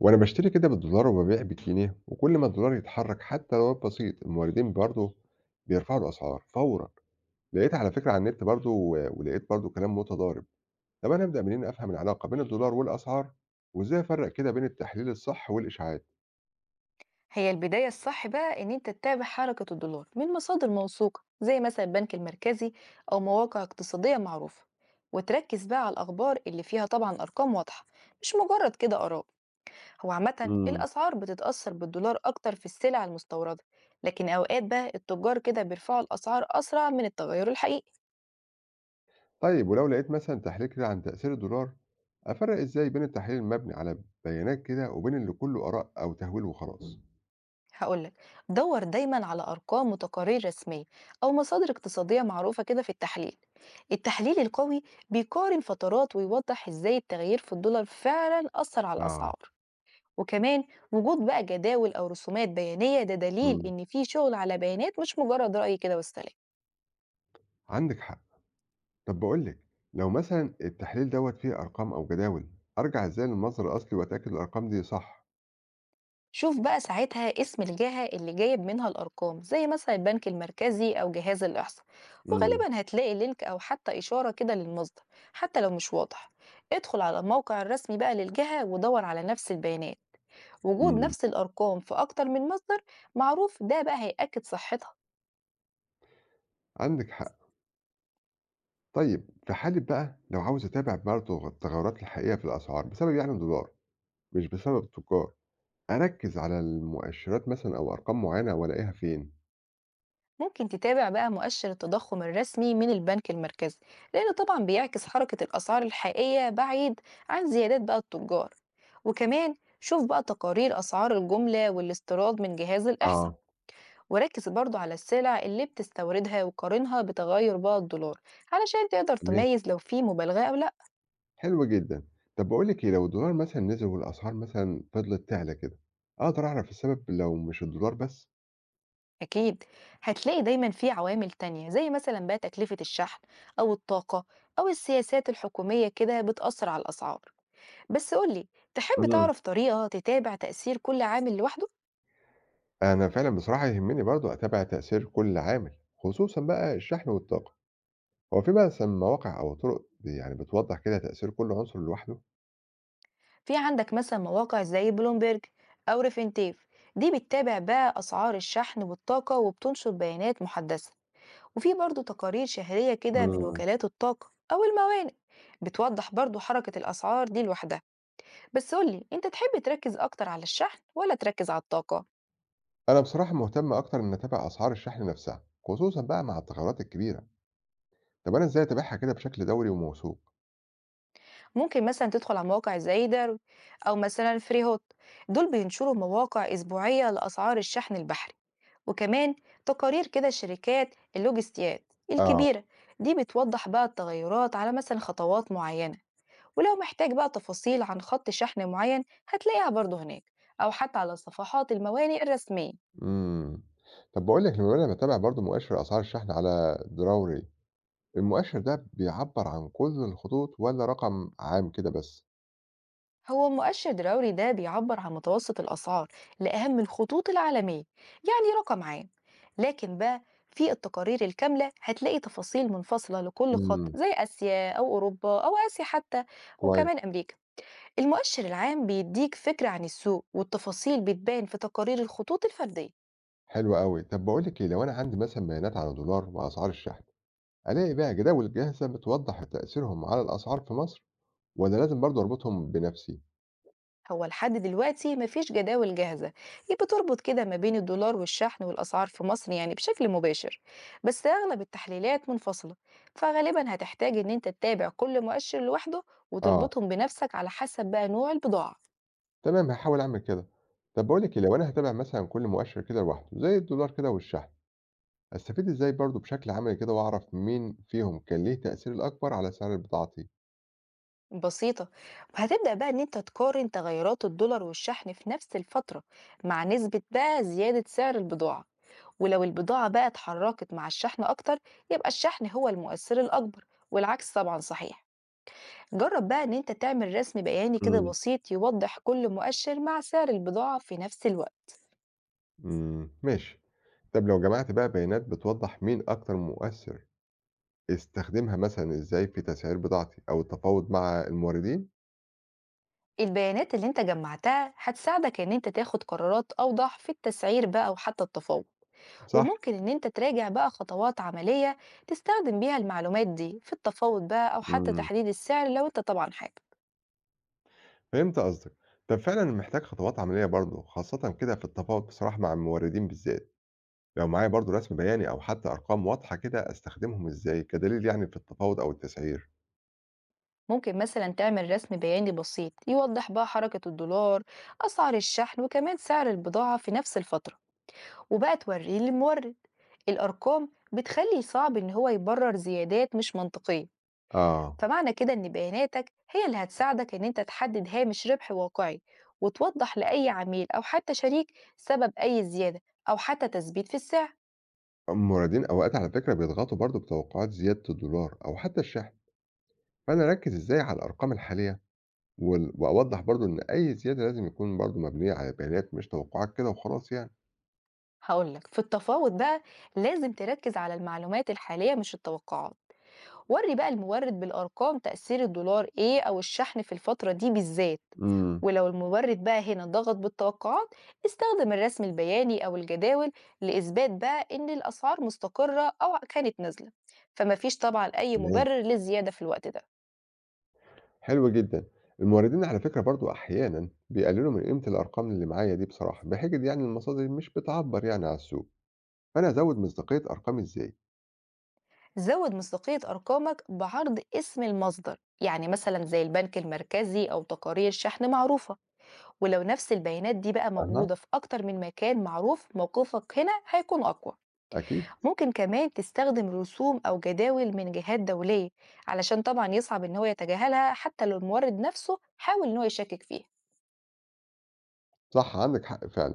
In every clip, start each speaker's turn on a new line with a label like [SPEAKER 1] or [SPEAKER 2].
[SPEAKER 1] وأنا باشتري كده بالدولار وببيع بالجنيه وكل ما الدولار يتحرك حتى لو بسيط الموردين برضه بيرفعوا الأسعار فورًا، لقيت على فكرة على النت برضه ولقيت برضه كلام متضارب، طب أنا أبدأ منين أفهم العلاقة بين الدولار والأسعار؟ وإزاي أفرّق كده بين التحليل الصح والإشاعات؟
[SPEAKER 2] هي البداية الصح بقى إن أنت تتابع حركة الدولار من مصادر موثوقة زي مثلا البنك المركزي أو مواقع اقتصادية معروفة، وتركز بقى على الأخبار اللي فيها طبعا أرقام واضحة، مش مجرد كده آراء. هو عامة
[SPEAKER 1] امم.
[SPEAKER 2] الأسعار بتتأثر بالدولار أكتر في السلع المستوردة، لكن أوقات بقى التجار كده بيرفعوا الأسعار أسرع من التغير الحقيقي.
[SPEAKER 1] طيب ولو لقيت مثلًا تحليل كده عن تأثير الدولار، أفرّق إزاي بين التحليل المبني على بيانات كده وبين اللي كله آراء أو تهويل وخلاص؟
[SPEAKER 2] هاقول لك، دور دايما على أرقام وتقارير رسمية أو مصادر اقتصادية معروفة كده في التحليل. التحليل القوي بيقارن فترات ويوضح إزاي التغيير في الدولار فعلا أثر على
[SPEAKER 1] آه.
[SPEAKER 2] الأسعار. وكمان وجود بقى جداول أو رسومات بيانية ده دليل
[SPEAKER 1] امم.
[SPEAKER 2] إن في شغل على بيانات، مش مجرد رأي كده والسلام.
[SPEAKER 1] عندك حق. طب باقول لِك، لو مثلًا التحليل دوّة فيه أرقام أو جداول، أرجع إزاي للمصدر الأصلي وأتأكد الأرقام دي صح؟
[SPEAKER 2] شوف بقى ساعتها اسم الجهة اللي جايب منها الأرقام زي مثلا البنك المركزي أو جهاز الإحصاء،
[SPEAKER 1] إمم،
[SPEAKER 2] وغالبا هتلاقي لينك أو حتى إشارة كده للمصدر. حتى لو مش واضح، ادخل على الموقع الرسمي بقى للجهة ودور على نفس البيانات. وجود
[SPEAKER 1] إمم.
[SPEAKER 2] نفس الأرقام في أكتر من مصدر معروف ده بقى هيأكد صحتها.
[SPEAKER 1] عندِك حق. طيب في حالة بقى لو عاوز أتابع برضه التغيرات الحقيقية في الأسعار بسبب يعني الدولار، مش بسبب التجار، أركّز على المؤشرات مثلًا أو أرقام معينة وألاقيها فين؟
[SPEAKER 2] ممكن تتابع بقى مؤشر التضخم الرسمي من البنك المركزي، لأنه طبعا بيعكس حركة الأسعار الحقيقية بعيد عن زيادات بقى التجار. وكمان شوف بقى تقارير أسعار الجملة والاستيراد من جهاز الإحصاء،
[SPEAKER 1] آه.
[SPEAKER 2] وركز برضو على السلع اللي بتستوردها وقارنها بتغير بقى الدولار علشان تقدر
[SPEAKER 1] تمام،
[SPEAKER 2] تميز لو في مبالغة أو لأ.
[SPEAKER 1] حلو جدًا. طب باقول لِك إيه، لو الدولار مثلًا نزل والأسعار مثلًا فضلت تعلى كده، أقدر أعرف السبب لو مش الدولار بس؟
[SPEAKER 2] أكيد هتلاقي دايما في عوامل تانية زي مثلا بقى تكلفة الشحن أو الطاقة أو السياسات الحكومية كده بتأثر على الأسعار. بس قولي، تحب
[SPEAKER 1] إمم.
[SPEAKER 2] تعرف طريقة تتابع تأثير كل عامل لوحده؟
[SPEAKER 1] أنا فعلًا بصراحة يهمني برضه أتابع تأثير كل عامل، خصوصًا بقى الشحن والطاقة، هو في بقى مثلًا مواقع أو طرق يعني بتوضح كده تأثير كل عنصر لوحده؟
[SPEAKER 2] في عندك مثلا مواقع زي بلومبيرج أو ريفينتيف، دي بتتابع بقى أسعار الشحن والطاقة وبتنشر بيانات محدثة. وفي برضو تقارير شهرية كده من
[SPEAKER 1] امم.
[SPEAKER 2] وكالات الطاقة أو الموانئ بتوضح برضو حركة الأسعار دي لوحدها. بس قولي، أنت تحب تركز أكتر على الشحن ولا تركز على الطاقة؟
[SPEAKER 1] أنا بصراحة مهتم أكتر إني أتابع أسعار الشحن نفسها، خصوصًا بقى مع التغيرات الكبيرة، طب أنا إزاي أتابعها كده بشكل دوري وموثوق؟
[SPEAKER 2] ممكن مثلا تدخل على مواقع زي دارو أو مثلا فري هوت، دول بينشروا مواقع أسبوعية لأسعار الشحن البحري. وكمان تقارير كده شركات اللوجستيات
[SPEAKER 1] آه.
[SPEAKER 2] الكبيرة، دي بتوضح بقى التغيرات على مثلا خطوات معينة. ولو محتاج بقى تفاصيل عن خط شحن معين هتلاقيها برضه هناك، أو حتى على صفحات الموانئ الرسمية.
[SPEAKER 1] امم، طب باقول لك بما إني باتابع برضه مؤشر أسعار الشحن على دراوري، المؤشر ده بيعبّر عن كل الخطوط والّا رقم عام كده بس؟
[SPEAKER 2] هو مؤشر دوري ده بيعبر عن متوسط الأسعار لأهم الخطوط العالمية، يعني رقم عام. لكن بقى في التقارير الكاملة هتلاقي تفاصيل منفصلة لكل خط
[SPEAKER 1] امم،
[SPEAKER 2] زي آسيا أو أوروبا أو آسيا حتى،
[SPEAKER 1] كويس.
[SPEAKER 2] وكمان أمريكا. المؤشر العام بيديك فكرة عن السوق، والتفاصيل بتبان في تقارير الخطوط الفردية.
[SPEAKER 1] حلو أوي. طب باقول لِك إيه، لو أنا عندي مثلًا بيانات عن الدولار وأسعار الشحن، ألاقي بقى جداول جاهزة بتوضح تأثيرهم على الأسعار في مصر والّا لازم برضه أربطهم بنفسي؟
[SPEAKER 2] هو لحد دلوقتي مفيش جداول جاهزة هي بتربط كده ما بين الدولار والشحن والأسعار في مصر يعني بشكل مباشر. بس أغلب التحليلات منفصلة، فغالبا هتحتاج إن أنت تتابع كل مؤشر لوحده
[SPEAKER 1] آه،
[SPEAKER 2] وتربطهم بنفسك على حسب بقى نوع البضاعة.
[SPEAKER 1] تمام هاحاول أعمل كده. طب باقول لِك إيه، لو أنا هاتابع مثلًا كل مؤشر كده لوحده زي الدولار كده والشحن، أستفيد إزاي برضه بشكل عملي كده وأعرف مين فيهم كان ليه تأثير الأكبر على سعر بضاعتي؟
[SPEAKER 2] بسيطة، هتبدأ بقى إن أنت تقارن تغيرات الدولار والشحن في نفس الفترة مع نسبة بقى زيادة سعر البضاعة. ولو البضاعة بقى اتحركت مع الشحن أكتر، يبقى الشحن هو المؤثر الأكبر، والعكس طبعا صحيح. جرب بقى إن أنت تعمل رسم بياني كده
[SPEAKER 1] امم.
[SPEAKER 2] بسيط يوضح كل مؤشر مع سعر البضاعة في نفس الوقت.
[SPEAKER 1] إمم، ماشي. طب لو جمعت بقى بيانات بتوضح مين أكتر مؤثر، استخدمها مثلًا إزاي في تسعير بضاعتي أو التفاوض مع الموردين؟
[SPEAKER 2] البيانات اللي انت جمعتها هتساعدك ان انت تاخد قرارات اوضح في التسعير بقى وحتى التفاوض.
[SPEAKER 1] صح.
[SPEAKER 2] وممكن ان انت تراجع بقى خطوات عملية تستخدم بيها المعلومات دي في التفاوض بقى او حتى
[SPEAKER 1] إمم،
[SPEAKER 2] تحديد السعر، لو انت طبعا حابب.
[SPEAKER 1] فهمت قصدك. طب فعلًا محتاج خطوات عملية برضه، خاصةً كده في التفاوض بصراحة مع الموردين بالذات. لو معايا برضه رسم بياني أو حتى أرقام واضحة كده أستخدمهم إزاي كدليل يعني في التفاوض أو التسعير؟
[SPEAKER 2] ممكن مثلا تعمل رسم بياني بسيط يوضح بقى حركة الدولار، أسعار الشحن، وكمان سعر البضاعة في نفس الفترة، وبقى توريه للمورد. الأرقام بتخلي صعب إن هو يبرر زيادات مش منطقية.
[SPEAKER 1] آه.
[SPEAKER 2] فمعنى كده إن بياناتك هي اللي هتساعدك إن أنت تحدد هامش ربح واقعي، وتوضح لأي عميل أو حتى شريك سبب أي زيادة أو حتى تثبيت في السعر.
[SPEAKER 1] الموردين أوقات على فكرة بيضغطوا برضه بتوقعات زيادة الدولار أو حتى الشحن، فأنا أركز إزاي على الأرقام الحالية وأوضح برضه إن أي زيادة لازم يكون برضه مبنية على بيانات مش توقعات كده وخلاص يعني؟
[SPEAKER 2] هقولك في التفاوض بقى، لازم تركز على المعلومات الحالية مش التوقعات. ورّي بقى المورد بالأرقام تأثير الدولار إيه أو الشحن في الفترة دي بالذات.
[SPEAKER 1] إمم،
[SPEAKER 2] ولو المورد بقى هنا ضغط بالتوقعات، استخدم الرسم البياني أو الجداول لإثبات بقى إن الأسعار مستقرة أو كانت نازلة، فمفيش طبعا أي
[SPEAKER 1] تمام.
[SPEAKER 2] مبرر للزيادة في الوقت ده.
[SPEAKER 1] حلو جدًا. الموردين على فكرة برضه أحيانًا بيقللوا من قيمة الأرقام اللي معايا دي بصراحة، بحجة يعني المصادر مش بتعبّر يعني عن السوق، فأنا أزوّد مصداقية أرقامي إزاي؟
[SPEAKER 2] زود مصداقية أرقامك بعرض اسم المصدر، يعني مثلا زي البنك المركزي أو تقارير شحن معروفة، ولو نفس البيانات دي بقى
[SPEAKER 1] أها.
[SPEAKER 2] موجودة في أكتر من مكان معروف موقفك هنا هيكون أقوى.
[SPEAKER 1] أكيد.
[SPEAKER 2] ممكن كمان تستخدم رسوم أو جداول من جهات دولية، علشان طبعا يصعب إن هو يتجاهلها حتى لو المورد نفسه حاول إن هو يشكك فيها.
[SPEAKER 1] صح عندِك حق فعلًا.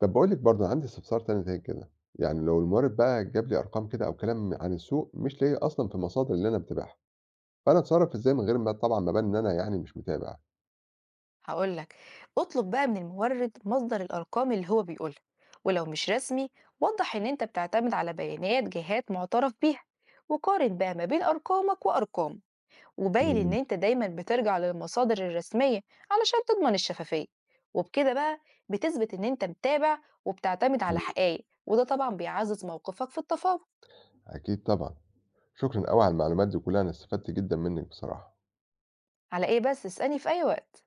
[SPEAKER 1] طب باقول لِك برضه عندي استفسار تاني زي كده، يعني لو المورد بقى جاب لي أرقام كده أو كلام عن السوق مش لاقيه أصلًا في المصادر اللي أنا باتابعها، فأنا أتصرّف إزاي من غير ما طبعًا ما أبان إن أنا يعني مش متابع؟
[SPEAKER 2] هقولك، اطلب بقى من المورد مصدر الأرقام اللي هو بيقولها، ولو مش رسمي وضح إن أنت بتعتمد على بيانات جهات معترف بيها. وقارن بقى ما بين أرقامك وأرقام، وباين إن
[SPEAKER 1] إمم،
[SPEAKER 2] أنت دايما بترجع للمصادر الرسمية علشان تضمن الشفافية. وبكده بقى بتثبت إن أنت متابع وبتعتمد على
[SPEAKER 1] إمم.
[SPEAKER 2] حقائق، وده طبعا بيعزز موقفك في التفاوض.
[SPEAKER 1] أكيد طبعًا. شكرًا أوي على المعلومات دي كلها، أنا استفدت جدًا منِّك بصراحة.
[SPEAKER 2] على إيه بس، اسألني في أي وقت.